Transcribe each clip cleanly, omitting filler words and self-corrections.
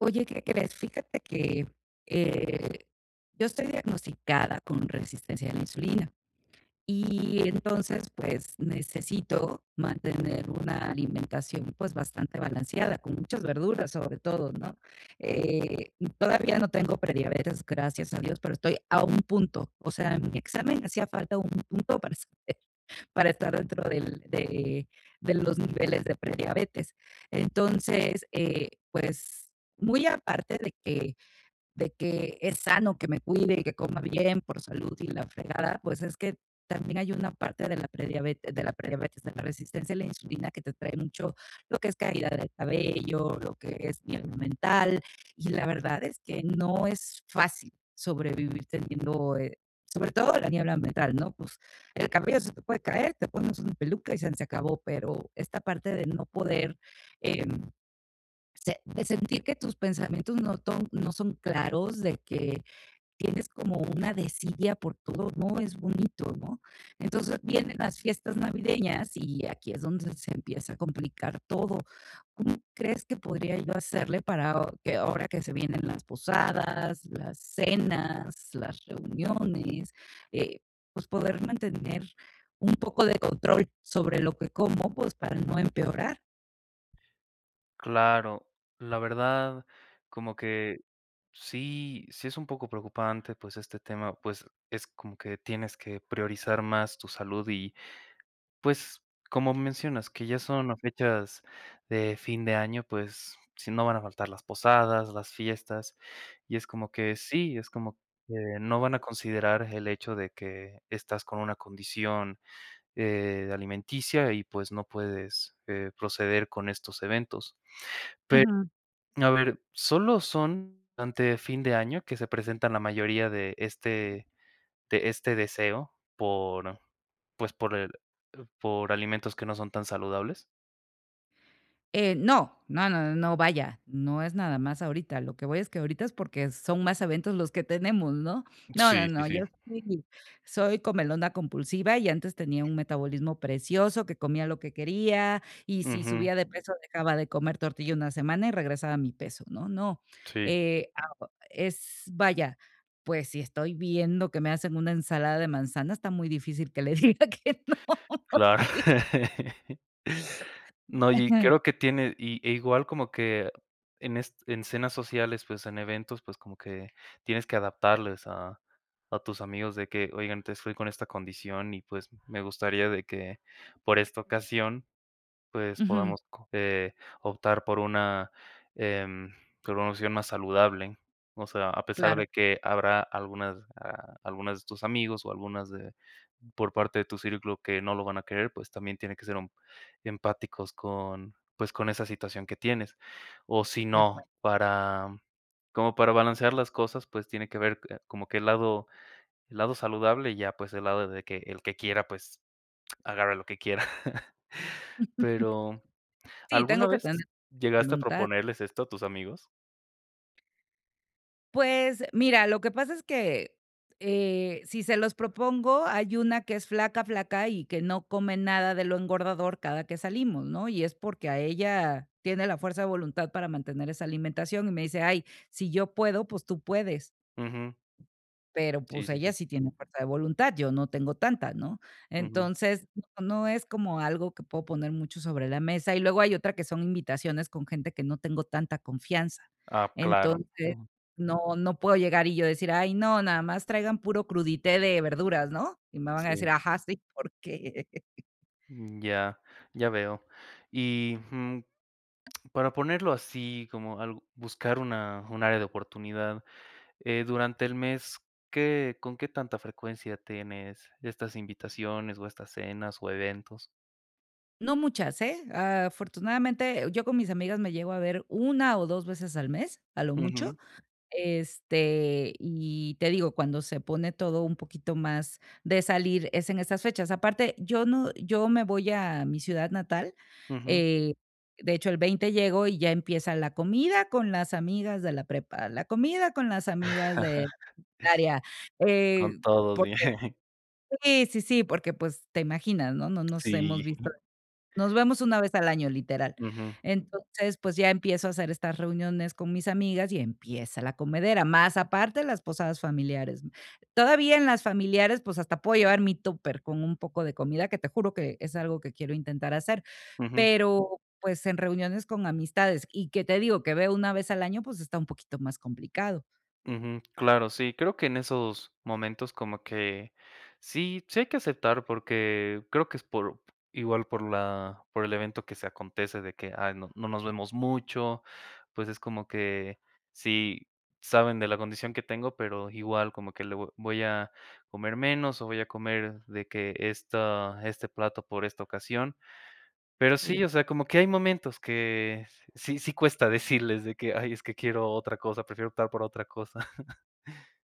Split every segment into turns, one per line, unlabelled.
Oye, ¿qué crees? Fíjate que, eh, yo estoy diagnosticada con resistencia a la insulina, y entonces, pues, necesito mantener una alimentación, pues, bastante balanceada, con muchas verduras, sobre todo, ¿no? Eh, Todavía no tengo prediabetes, gracias a Dios, pero estoy a un punto. O sea, en mi examen hacía falta un punto para saber para estar dentro de los niveles de prediabetes. Entonces, pues muy aparte de que es sano que me cuide y que coma bien por salud y la fregada, pues es que también hay una parte de la prediabetes de la resistencia a la insulina que te trae mucho lo que es caída del cabello, lo que es niebla mental, y la verdad es que no es fácil sobrevivir teniendo, sobre todo la niebla mental, ¿no? Pues el cabello se te puede caer, te pones una peluca y se acabó, pero esta parte de no poder, eh de sentir que tus pensamientos no son claros, de que tienes como una desidia por todo, no es bonito, ¿no? Entonces vienen las fiestas navideñas y aquí es donde se empieza a complicar todo. ¿Cómo crees que podría yo hacerle que ahora que se vienen las posadas, las cenas, las reuniones, eh, pues poder mantener un poco de control sobre lo que como, pues para no empeorar?
Claro, la verdad, como que sí, sí es un poco preocupante, pues este tema, pues es como que tienes que priorizar más tu salud y pues como mencionas, que ya son las fechas de fin de año, pues si no van a faltar las posadas, las fiestas, y es como que sí, es como que no van a considerar el hecho de que estás con una condición alimenticia y pues no puedes proceder con estos eventos. A ver, solo son ante fin de año que se presentan la mayoría de este deseo por, pues, por el por alimentos que no son tan saludables.
No, no, no, no, vaya, no es nada más ahorita, lo que voy es que ahorita es porque son más eventos los que tenemos, ¿no? No,
Sí,
no,
sí,
no,
sí.
yo soy soy comelona compulsiva y antes tenía un metabolismo precioso, que comía lo que quería y si
Ujú.
subía de peso dejaba de comer tortilla una semana y regresaba a mi peso, ¿no? No,
Sí.
eh, aho es vaya, pues, si estoy viendo que me hacen una ensalada de manzana, está muy difícil que le diga que no.
Claro.
Sí.
No, y
Ajá.
creo que tiene igual como que en cenas sociales, pues, en eventos, pues, como que tienes que adaptarles a tus amigos de que: "Oigan, te estoy con esta condición y, pues, me gustaría de que por esta ocasión, pues,
Ujú,
podamos co optar por una, em, por una opción más saludable. O sea, a pesar de
claro,
que habrá algunas, algunas de tus amigos o algunas de por parte de tu círculo que no lo van a querer, pues, también tiene que ser empáticos con, pues, con esa situación que tienes. O si
de
no,
acuerdo.
para, como para balancear las cosas, pues, tiene que ver, como que el lado saludable y ya, pues, el lado de que el que quiera, pues, agarre lo que quiera. Pero
Sí,
¿alguna
tengo que tener
vez llegaste a
voluntad.
proponerles esto a tus amigos?
Pues mira, lo que pasa es que, si se los propongo, hay una que es flaca, flaca y que no come nada de lo engordador cada que salimos, ¿no? Y es porque a ella tiene la fuerza de voluntad para mantener esa alimentación y me dice: "Ay, si yo puedo, pues tú puedes".
Ujú.
Pero,
Sí,
pues,
sí,
ella
sí.
sí tiene fuerza de voluntad, yo no tengo tanta, ¿no?
Ujú.
Entonces, no es como algo que puedo poner mucho sobre la mesa. Y luego hay otra que son invitaciones con gente que no tengo tanta confianza.
Ah, claro.
Entonces,
Ujú.
no puedo llegar y yo decir: "Ay, no, nada más traigan puro crudité de verduras", ¿no? Y me van a decir:
Sí.
"Ajá, sí, ¿por
Mm, ya, ya veo. Y, para ponerlo así, como algo buscar una un área de oportunidad, durante el mes, ¿qué con qué tanta frecuencia tienes estas invitaciones, o estas cenas, o eventos?
No muchas, ¿eh? Afortunadamente, yo con mis amigas me llego a ver una o 2 veces al mes, a lo mucho,
Ujú,
Este, y te digo, cuando se pone todo un poquito más de salir, es en estas fechas. Aparte, yo no yo me voy a mi ciudad natal,
ujú.
eh, de hecho, el 20 llego y ya empieza la comida con las amigas de la prepa, la comida con las amigas de área, eh,
Con todos, bien.
porque sí, sí, sí, porque, pues, te imaginas, ¿no? No nos hemos
Sí.
visto nos vemos una vez al año, literal.
Ujú,
Entonces, pues, ya empiezo a hacer estas reuniones con mis amigas y empieza la comedera, más aparte las posadas familiares. Todavía en las familiares, pues, hasta puedo llevar mi tóper con un poco de comida, que te juro que es algo que quiero intentar hacer,
ujú.
pero, pues, en reuniones con amistades y que te digo que veo una vez al año, pues, está un poquito más complicado.
Ujú, claro, sí, creo que en esos momentos como que sí, sí hay que aceptar porque creo que es por igual por la por el evento que se acontece de que ay, no, no nos vemos mucho, pues es como que sí saben de la condición que tengo, pero igual como que voy a comer menos o voy a comer de que esta este plato por esta ocasión. Pero
Sí.
sí, o sea, como que hay momentos que sí cuesta decirles de que ay, es que quiero otra cosa, prefiero optar por otra cosa.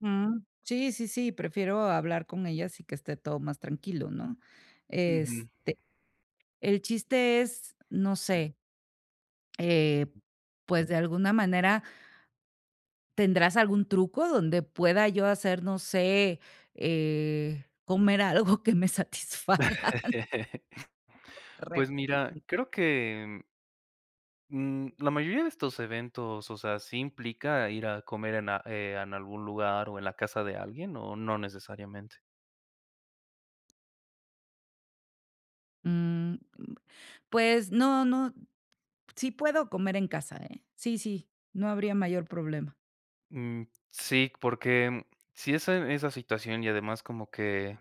Ujú. Sí, sí, sí, prefiero hablar con ellas y que esté todo más tranquilo, ¿no?
Ujú.
Este. El chiste es, no sé, eh, pues, de alguna manera, ¿tendrás algún truco donde pueda yo hacer, no sé, comer algo que me satisfaga? Re
Pues mira, creo que, la mayoría de estos eventos, o sea, sí implica ir a comer en algún lugar o en la casa de alguien, ¿o no necesariamente?
Mm, pues no, no, sí puedo comer en casa, ¿eh? Sí, sí, no habría mayor problema.
Mm, sí, porque si es en esa situación y además como que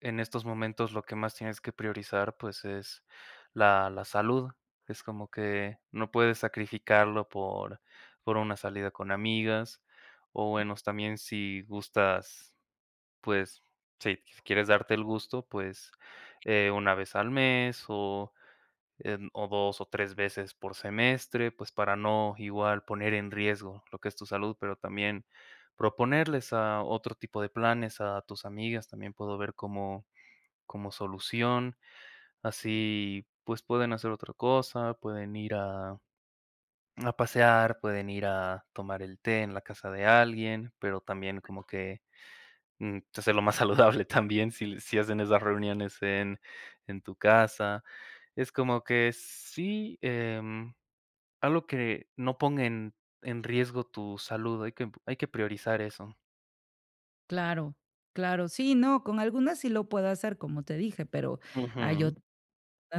en estos momentos lo que más tienes que priorizar, pues, es la salud. Es como que no puedes sacrificarlo por una salida con amigas, o, bueno, también si gustas. Pues, si quieres darte el gusto, pues, una vez al mes o, o 2 o 3 veces por semestre, pues, para no igual poner en riesgo lo que es tu salud, pero también proponerles a otro tipo de planes a tus amigas, también puedo ver como solución, así, pues, pueden hacer otra cosa, pueden ir a pasear, pueden ir a tomar el té en la casa de alguien, pero también como que pues, hacerlo más saludable también si, si hacen esas reuniones en, tu casa. Es como que sí, algo que no ponga en, riesgo tu salud, hay que priorizar eso.
Claro, claro. Sí, no, con algunas sí lo puedo hacer, como te dije, pero hay
Ujú,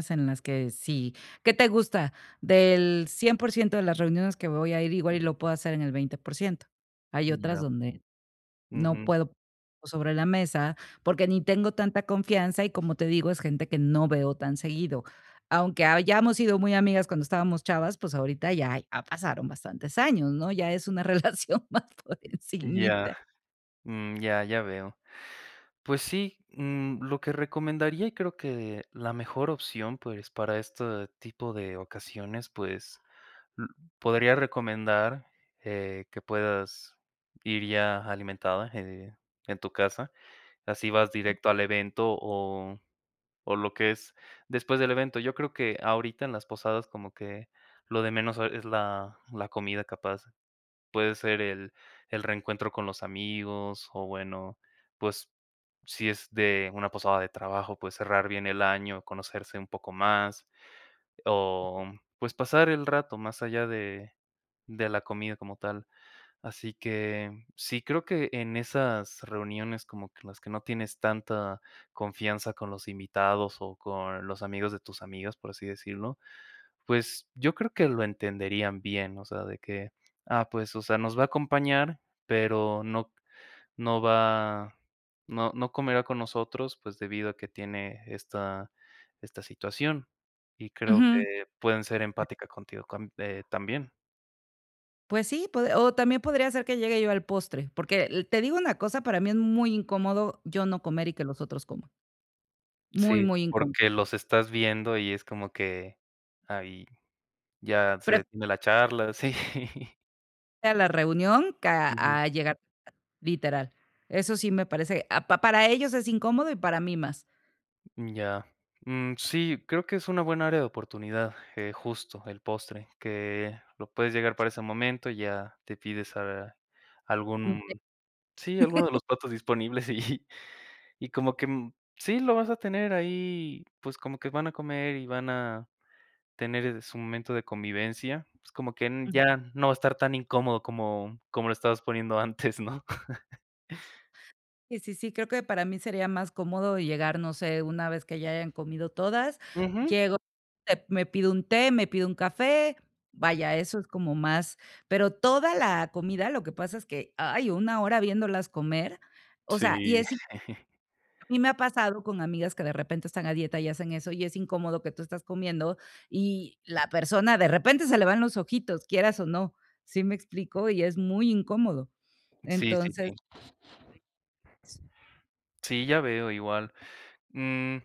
en las que sí. ¿Qué te gusta? Del 100% de las reuniones que voy a ir, igual y lo puedo hacer en el 20%. Hay otras
ya.
donde no
Ujú,
puedo sobre la mesa, porque ni tengo tanta confianza y como te digo, es gente que no veo tan seguido. Aunque hayamos sido muy amigas cuando estábamos chavas, pues ahorita ya, ya pasaron bastantes años, ¿no? Ya es una relación más por
ya.
encimita.
Ya, ya veo. Pues sí, lo que recomendaría y creo que la mejor opción pues para este tipo de ocasiones pues L podría recomendar, que puedas ir ya alimentada, en tu casa, así vas directo al evento o lo que es después del evento. Yo creo que ahorita en las posadas como que lo de menos es la comida capaz. Puede ser el reencuentro con los amigos o bueno, pues, si es de una posada de trabajo, pues cerrar bien el año, conocerse un poco más. O, pues, pasar el rato más allá de la comida como tal. Así que sí, creo que en esas reuniones como que las que no tienes tanta confianza con los invitados o con los amigos de tus amigas, por así decirlo, pues, yo creo que lo entenderían bien, o sea, de que, ah, pues, o sea, nos va a acompañar, pero no no va no no comerá con nosotros, pues, debido a que tiene esta situación, y creo
Ujú.
que pueden ser empática contigo cam también.
Pues sí, pod o también podría ser que llegue yo al postre, porque l te digo una cosa, para mí es muy incómodo yo no comer y que los otros coman. Muy,
Sí,
muy incómodo.
porque los estás viendo y es como que ahí ya se
Prefiero
detiene la charla, sí.
ir a la reunión que
Ujú.
a llegar, literal. Eso sí me parece a pa para ellos es incómodo y para mí más.
Ya. Mm, sí, creo que es una buena área de oportunidad, justo el postre, que lo puedes llegar para ese momento, ya te pides a
Ujú.
algún sí, alguno de los platos disponibles y. Y como que, sí, lo vas a tener ahí, pues, como que van a comer y van a tener su momento de convivencia, pues, como que n ya no va a estar tan incómodo como lo estabas poniendo antes, ¿no?
Sí, sí, sí, creo que para mí sería más cómodo llegar, no sé, una vez que ya hayan comido todas,
Ujú.
llego, me pido un té, me pido un café, vaya, eso es como más, pero toda la comida, lo que pasa es que, hay una hora viéndolas comer, o sea, y
Sí.
es in a mí me ha pasado con amigas que de repente están a dieta y hacen eso, y es incómodo que tú estás comiendo y la persona de repente se le van los ojitos, quieras o no, ¿sí me explico? Y es muy incómodo.
Sí, sí, sí.
Entonces
Sí, ya veo, igual. Mm,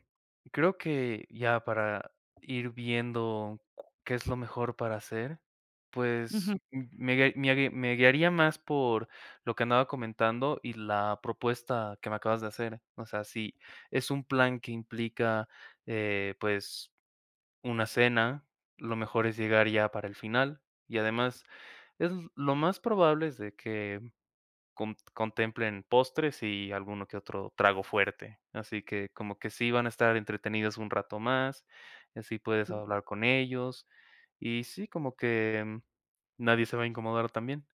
creo que ya para ir viendo qué es lo mejor para hacer, pues
ujú,
me guiaría más por lo que andaba comentando y la propuesta que me acabas de hacer. O sea, si es un plan que implica pues una cena, lo mejor es llegar ya para el final. Y además, es lo más probable es de que contemplen postres y alguno que otro trago fuerte. Así que como que sí van a estar entretenidos un rato más, y así puedes hablar con ellos, y sí, como que, nadie se va a incomodar también.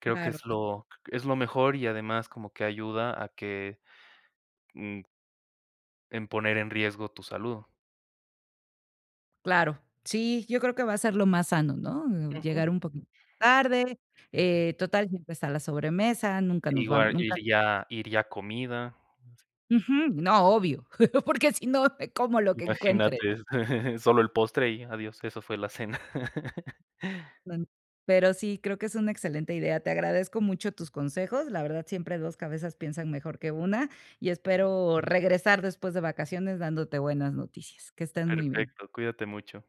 Creo que
claro.
es lo mejor y además como que ayuda a que, mm, en poner en riesgo tu salud.
Claro, sí, yo creo que va a ser lo más sano, ¿no?
Ujú.
Llegar un poquito tarde, total, siempre está la sobremesa, nunca nos vamos,
Igual
nunca
iría comida,
ujú, no, obvio, porque si no, me como lo que encuentre.
imagínate, solo el postre y adiós, eso fue la cena.
No, no. Pero sí, creo que es una excelente idea. Te agradezco mucho tus consejos. La verdad, siempre 2 cabezas piensan mejor que una, y espero regresar después de vacaciones dándote buenas noticias. Que estén muy bien.
Perfecto, cuídate mucho.